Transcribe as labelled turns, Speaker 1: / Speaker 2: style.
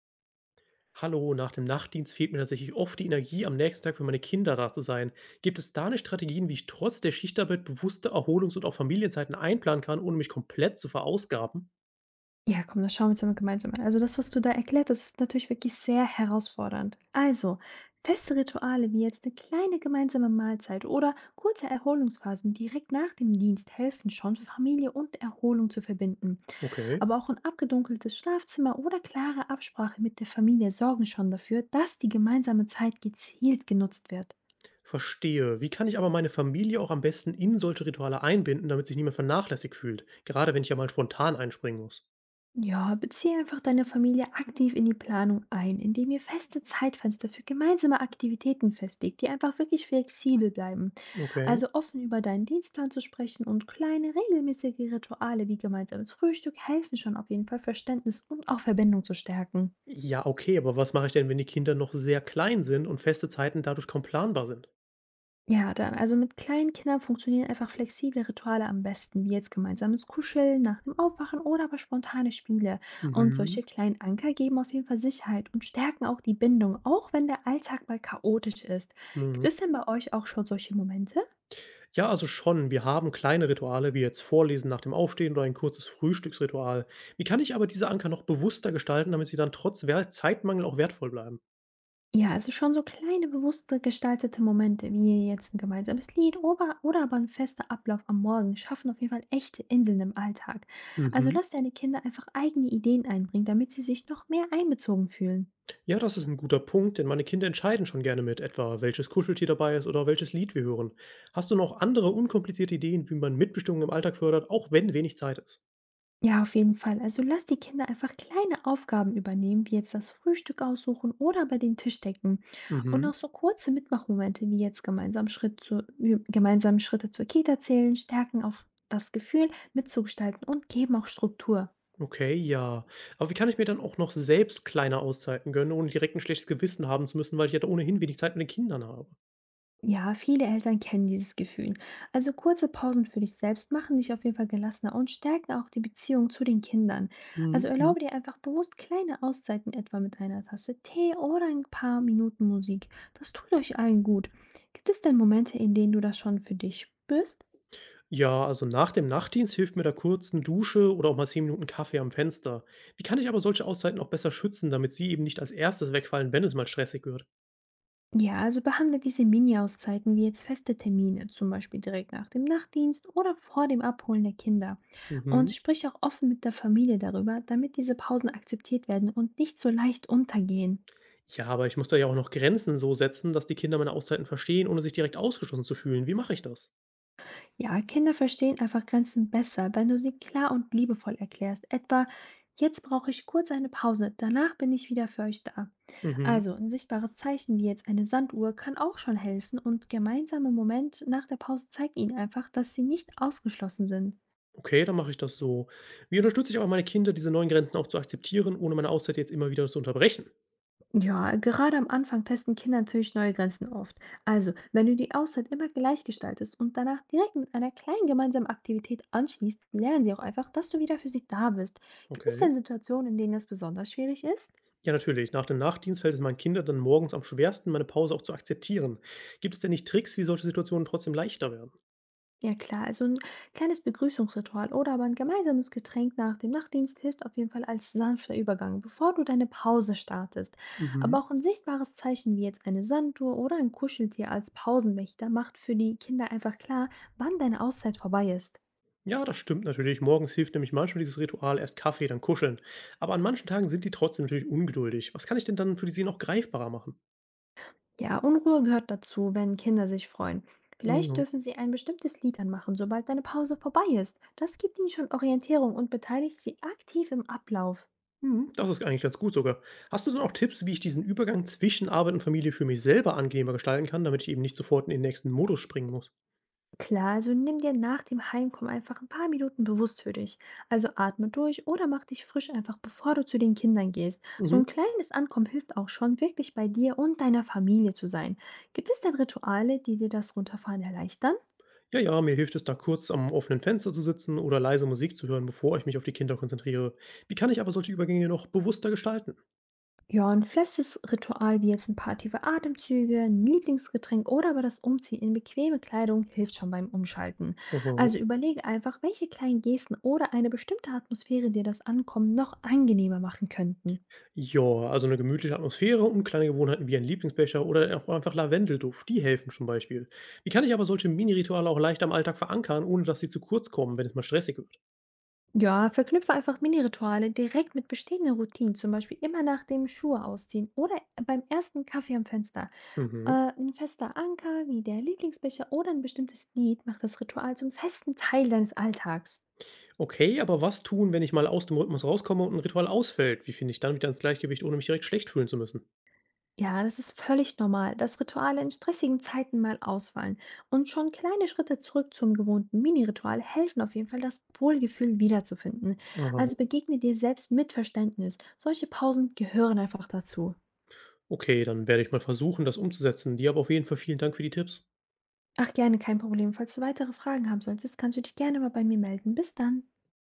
Speaker 1: Hallo, nach dem Nachtdienst fehlt mir tatsächlich oft die Energie, am nächsten Tag für meine Kinder da zu sein. Gibt es da eine Strategien, wie ich trotz der Schichtarbeit bewusste Erholungs- und auch Familienzeiten einplanen kann, ohne mich komplett zu verausgaben?
Speaker 2: Ja, komm, das schauen wir uns ja mal gemeinsam an. Also das, was du da erklärt hast, ist natürlich wirklich sehr herausfordernd. Also, feste Rituale wie jetzt eine kleine gemeinsame Mahlzeit oder kurze Erholungsphasen direkt nach dem Dienst helfen schon, Familie und Erholung zu verbinden.
Speaker 1: Okay.
Speaker 2: Aber auch ein abgedunkeltes Schlafzimmer oder klare Absprache mit der Familie sorgen schon dafür, dass die gemeinsame Zeit gezielt genutzt wird.
Speaker 1: Verstehe. Wie kann ich aber meine Familie auch am besten in solche Rituale einbinden, damit sich niemand vernachlässigt fühlt? Gerade wenn ich ja mal spontan einspringen muss.
Speaker 2: Ja, beziehe einfach deine Familie aktiv in die Planung ein, indem ihr feste Zeitfenster für gemeinsame Aktivitäten festlegt, die einfach wirklich flexibel bleiben.
Speaker 1: Okay.
Speaker 2: Also offen über deinen Dienstplan zu sprechen und kleine regelmäßige Rituale wie gemeinsames Frühstück helfen schon auf jeden Fall Verständnis und auch Verbindung zu stärken.
Speaker 1: Ja, okay, aber was mache ich denn, wenn die Kinder noch sehr klein sind und feste Zeiten dadurch kaum planbar sind?
Speaker 2: Ja, dann, also mit kleinen Kindern funktionieren einfach flexible Rituale am besten, wie jetzt gemeinsames Kuscheln nach dem Aufwachen oder aber spontane Spiele. Und solche
Speaker 1: Mhm.
Speaker 2: kleinen Anker geben auf jeden Fall Sicherheit und stärken auch die Bindung, auch wenn der Alltag mal chaotisch ist. Gibt
Speaker 1: Mhm.
Speaker 2: es denn bei euch auch schon solche Momente?
Speaker 1: Ja, also schon. Wir haben kleine Rituale wie jetzt Vorlesen nach dem Aufstehen oder ein kurzes Frühstücksritual. Wie kann ich aber diese Anker noch bewusster gestalten, damit sie dann trotz Zeitmangel auch wertvoll bleiben?
Speaker 2: Ja, also schon so kleine, bewusste gestaltete Momente, wie jetzt ein gemeinsames Lied oder aber ein fester Ablauf am Morgen, schaffen auf jeden Fall echte Inseln im Alltag. Also
Speaker 1: Mhm.
Speaker 2: lass deine Kinder einfach eigene Ideen einbringen, damit sie sich noch mehr einbezogen fühlen.
Speaker 1: Ja, das ist ein guter Punkt, denn meine Kinder entscheiden schon gerne mit, etwa welches Kuscheltier dabei ist oder welches Lied wir hören. Hast du noch andere unkomplizierte Ideen, wie man Mitbestimmung im Alltag fördert, auch wenn wenig Zeit ist?
Speaker 2: Ja, auf jeden Fall. Also lass die Kinder einfach kleine Aufgaben übernehmen, wie jetzt das Frühstück aussuchen oder bei den Tisch decken. Und
Speaker 1: Mhm.
Speaker 2: auch so kurze Mitmachmomente, wie jetzt gemeinsam Schritte zur Kita zählen, stärken auf das Gefühl, mitzugestalten und geben auch Struktur.
Speaker 1: Okay, ja. Aber wie kann ich mir dann auch noch selbst kleine Auszeiten gönnen, ohne direkt ein schlechtes Gewissen haben zu müssen, weil ich ja ohnehin wenig Zeit mit den Kindern habe?
Speaker 2: Ja, viele Eltern kennen dieses Gefühl. Also kurze Pausen für dich selbst machen dich auf jeden Fall gelassener und stärken auch die Beziehung zu den Kindern. Also
Speaker 1: Mhm.
Speaker 2: erlaube dir einfach bewusst kleine Auszeiten, etwa mit einer Tasse Tee oder ein paar Minuten Musik. Das tut euch allen gut. Gibt es denn Momente, in denen du das schon für dich spürst?
Speaker 1: Ja, also nach dem Nachtdienst hilft mir da kurzen Dusche oder auch mal 10 Minuten Kaffee am Fenster. Wie kann ich aber solche Auszeiten auch besser schützen, damit sie eben nicht als Erstes wegfallen, wenn es mal stressig wird?
Speaker 2: Ja, also behandle diese Mini-Auszeiten wie jetzt feste Termine, zum Beispiel direkt nach dem Nachtdienst oder vor dem Abholen der Kinder. Und
Speaker 1: Mhm.
Speaker 2: sprich auch offen mit der Familie darüber, damit diese Pausen akzeptiert werden und nicht so leicht untergehen.
Speaker 1: Ja, aber ich muss da ja auch noch Grenzen so setzen, dass die Kinder meine Auszeiten verstehen, ohne sich direkt ausgeschlossen zu fühlen. Wie mache ich das?
Speaker 2: Ja, Kinder verstehen einfach Grenzen besser, wenn du sie klar und liebevoll erklärst. Etwa, jetzt brauche ich kurz eine Pause, danach bin ich wieder für euch da.
Speaker 1: Mhm.
Speaker 2: Also ein sichtbares Zeichen wie jetzt eine Sanduhr kann auch schon helfen und gemeinsame Moment nach der Pause zeigt ihnen einfach, dass sie nicht ausgeschlossen sind.
Speaker 1: Okay, dann mache ich das so. Wie unterstütze ich aber meine Kinder, diese neuen Grenzen auch zu akzeptieren, ohne meine Auszeit jetzt immer wieder zu unterbrechen?
Speaker 2: Ja, gerade am Anfang testen Kinder natürlich neue Grenzen oft. Also, wenn du die Auszeit immer gleich gestaltest und danach direkt mit einer kleinen gemeinsamen Aktivität anschließt, lernen sie auch einfach, dass du wieder für sie da bist. Gibt es
Speaker 1: Okay.
Speaker 2: denn Situationen, in denen das besonders schwierig ist?
Speaker 1: Ja, natürlich. Nach dem Nachtdienst fällt es meinen Kindern dann morgens am schwersten, meine Pause auch zu akzeptieren. Gibt es denn nicht Tricks, wie solche Situationen trotzdem leichter werden?
Speaker 2: Ja klar, also ein kleines Begrüßungsritual oder aber ein gemeinsames Getränk nach dem Nachtdienst hilft auf jeden Fall als sanfter Übergang, bevor du deine Pause startest.
Speaker 1: Mhm.
Speaker 2: Aber auch ein sichtbares Zeichen wie jetzt eine Sanduhr oder ein Kuscheltier als Pausenwächter macht für die Kinder einfach klar, wann deine Auszeit vorbei ist.
Speaker 1: Ja, das stimmt natürlich. Morgens hilft nämlich manchmal dieses Ritual erst Kaffee, dann kuscheln. Aber an manchen Tagen sind die trotzdem natürlich ungeduldig. Was kann ich denn dann für sie noch greifbarer machen?
Speaker 2: Ja, Unruhe gehört dazu, wenn Kinder sich freuen.
Speaker 1: Ja,
Speaker 2: Vielleicht
Speaker 1: ja.
Speaker 2: dürfen sie ein bestimmtes Lied anmachen, sobald deine Pause vorbei ist. Das gibt ihnen schon Orientierung und beteiligt sie aktiv im Ablauf.
Speaker 1: Hm, das ist eigentlich ganz gut sogar. Hast du denn auch Tipps, wie ich diesen Übergang zwischen Arbeit und Familie für mich selber angenehmer gestalten kann, damit ich eben nicht sofort in den nächsten Modus springen muss?
Speaker 2: Klar, also nimm dir nach dem Heimkommen einfach ein paar Minuten bewusst für dich. Also atme durch oder mach dich frisch einfach, bevor du zu den Kindern gehst. So
Speaker 1: Mhm.
Speaker 2: ein kleines Ankommen hilft auch schon, wirklich bei dir und deiner Familie zu sein. Gibt es denn Rituale, die dir das Runterfahren erleichtern?
Speaker 1: Ja, ja, mir hilft es da kurz am offenen Fenster zu sitzen oder leise Musik zu hören, bevor ich mich auf die Kinder konzentriere. Wie kann ich aber solche Übergänge noch bewusster gestalten?
Speaker 2: Ja, ein festes Ritual wie jetzt ein paar tiefe Atemzüge, ein Lieblingsgetränk oder aber das Umziehen in bequeme Kleidung hilft schon beim Umschalten.
Speaker 1: Mhm.
Speaker 2: Also überlege einfach, welche kleinen Gesten oder eine bestimmte Atmosphäre dir das Ankommen noch angenehmer machen könnten.
Speaker 1: Ja, also eine gemütliche Atmosphäre und kleine Gewohnheiten wie ein Lieblingsbecher oder auch einfach Lavendelduft, die helfen zum Beispiel. Wie kann ich aber solche Mini-Rituale auch leicht am Alltag verankern, ohne dass sie zu kurz kommen, wenn es mal stressig wird?
Speaker 2: Ja, verknüpfe einfach Mini-Rituale direkt mit bestehenden Routinen, zum Beispiel immer nach dem Schuhe ausziehen oder beim ersten Kaffee am Fenster.
Speaker 1: Mhm.
Speaker 2: Ein fester Anker wie der Lieblingsbecher oder ein bestimmtes Lied macht das Ritual zum festen Teil deines Alltags.
Speaker 1: Okay, aber was tun, wenn ich mal aus dem Rhythmus rauskomme und ein Ritual ausfällt? Wie finde ich dann wieder ins Gleichgewicht, ohne mich direkt schlecht fühlen zu müssen?
Speaker 2: Ja, das ist völlig normal, dass Rituale in stressigen Zeiten mal ausfallen. Und schon kleine Schritte zurück zum gewohnten Mini-Ritual helfen auf jeden Fall, das Wohlgefühl wiederzufinden.
Speaker 1: Aha.
Speaker 2: Also begegne dir selbst mit Verständnis. Solche Pausen gehören einfach dazu.
Speaker 1: Okay, dann werde ich mal versuchen, das umzusetzen. Dir aber auf jeden Fall vielen Dank für die Tipps.
Speaker 2: Ach gerne, kein Problem. Falls du weitere Fragen haben solltest, kannst du dich gerne mal bei mir melden. Bis dann.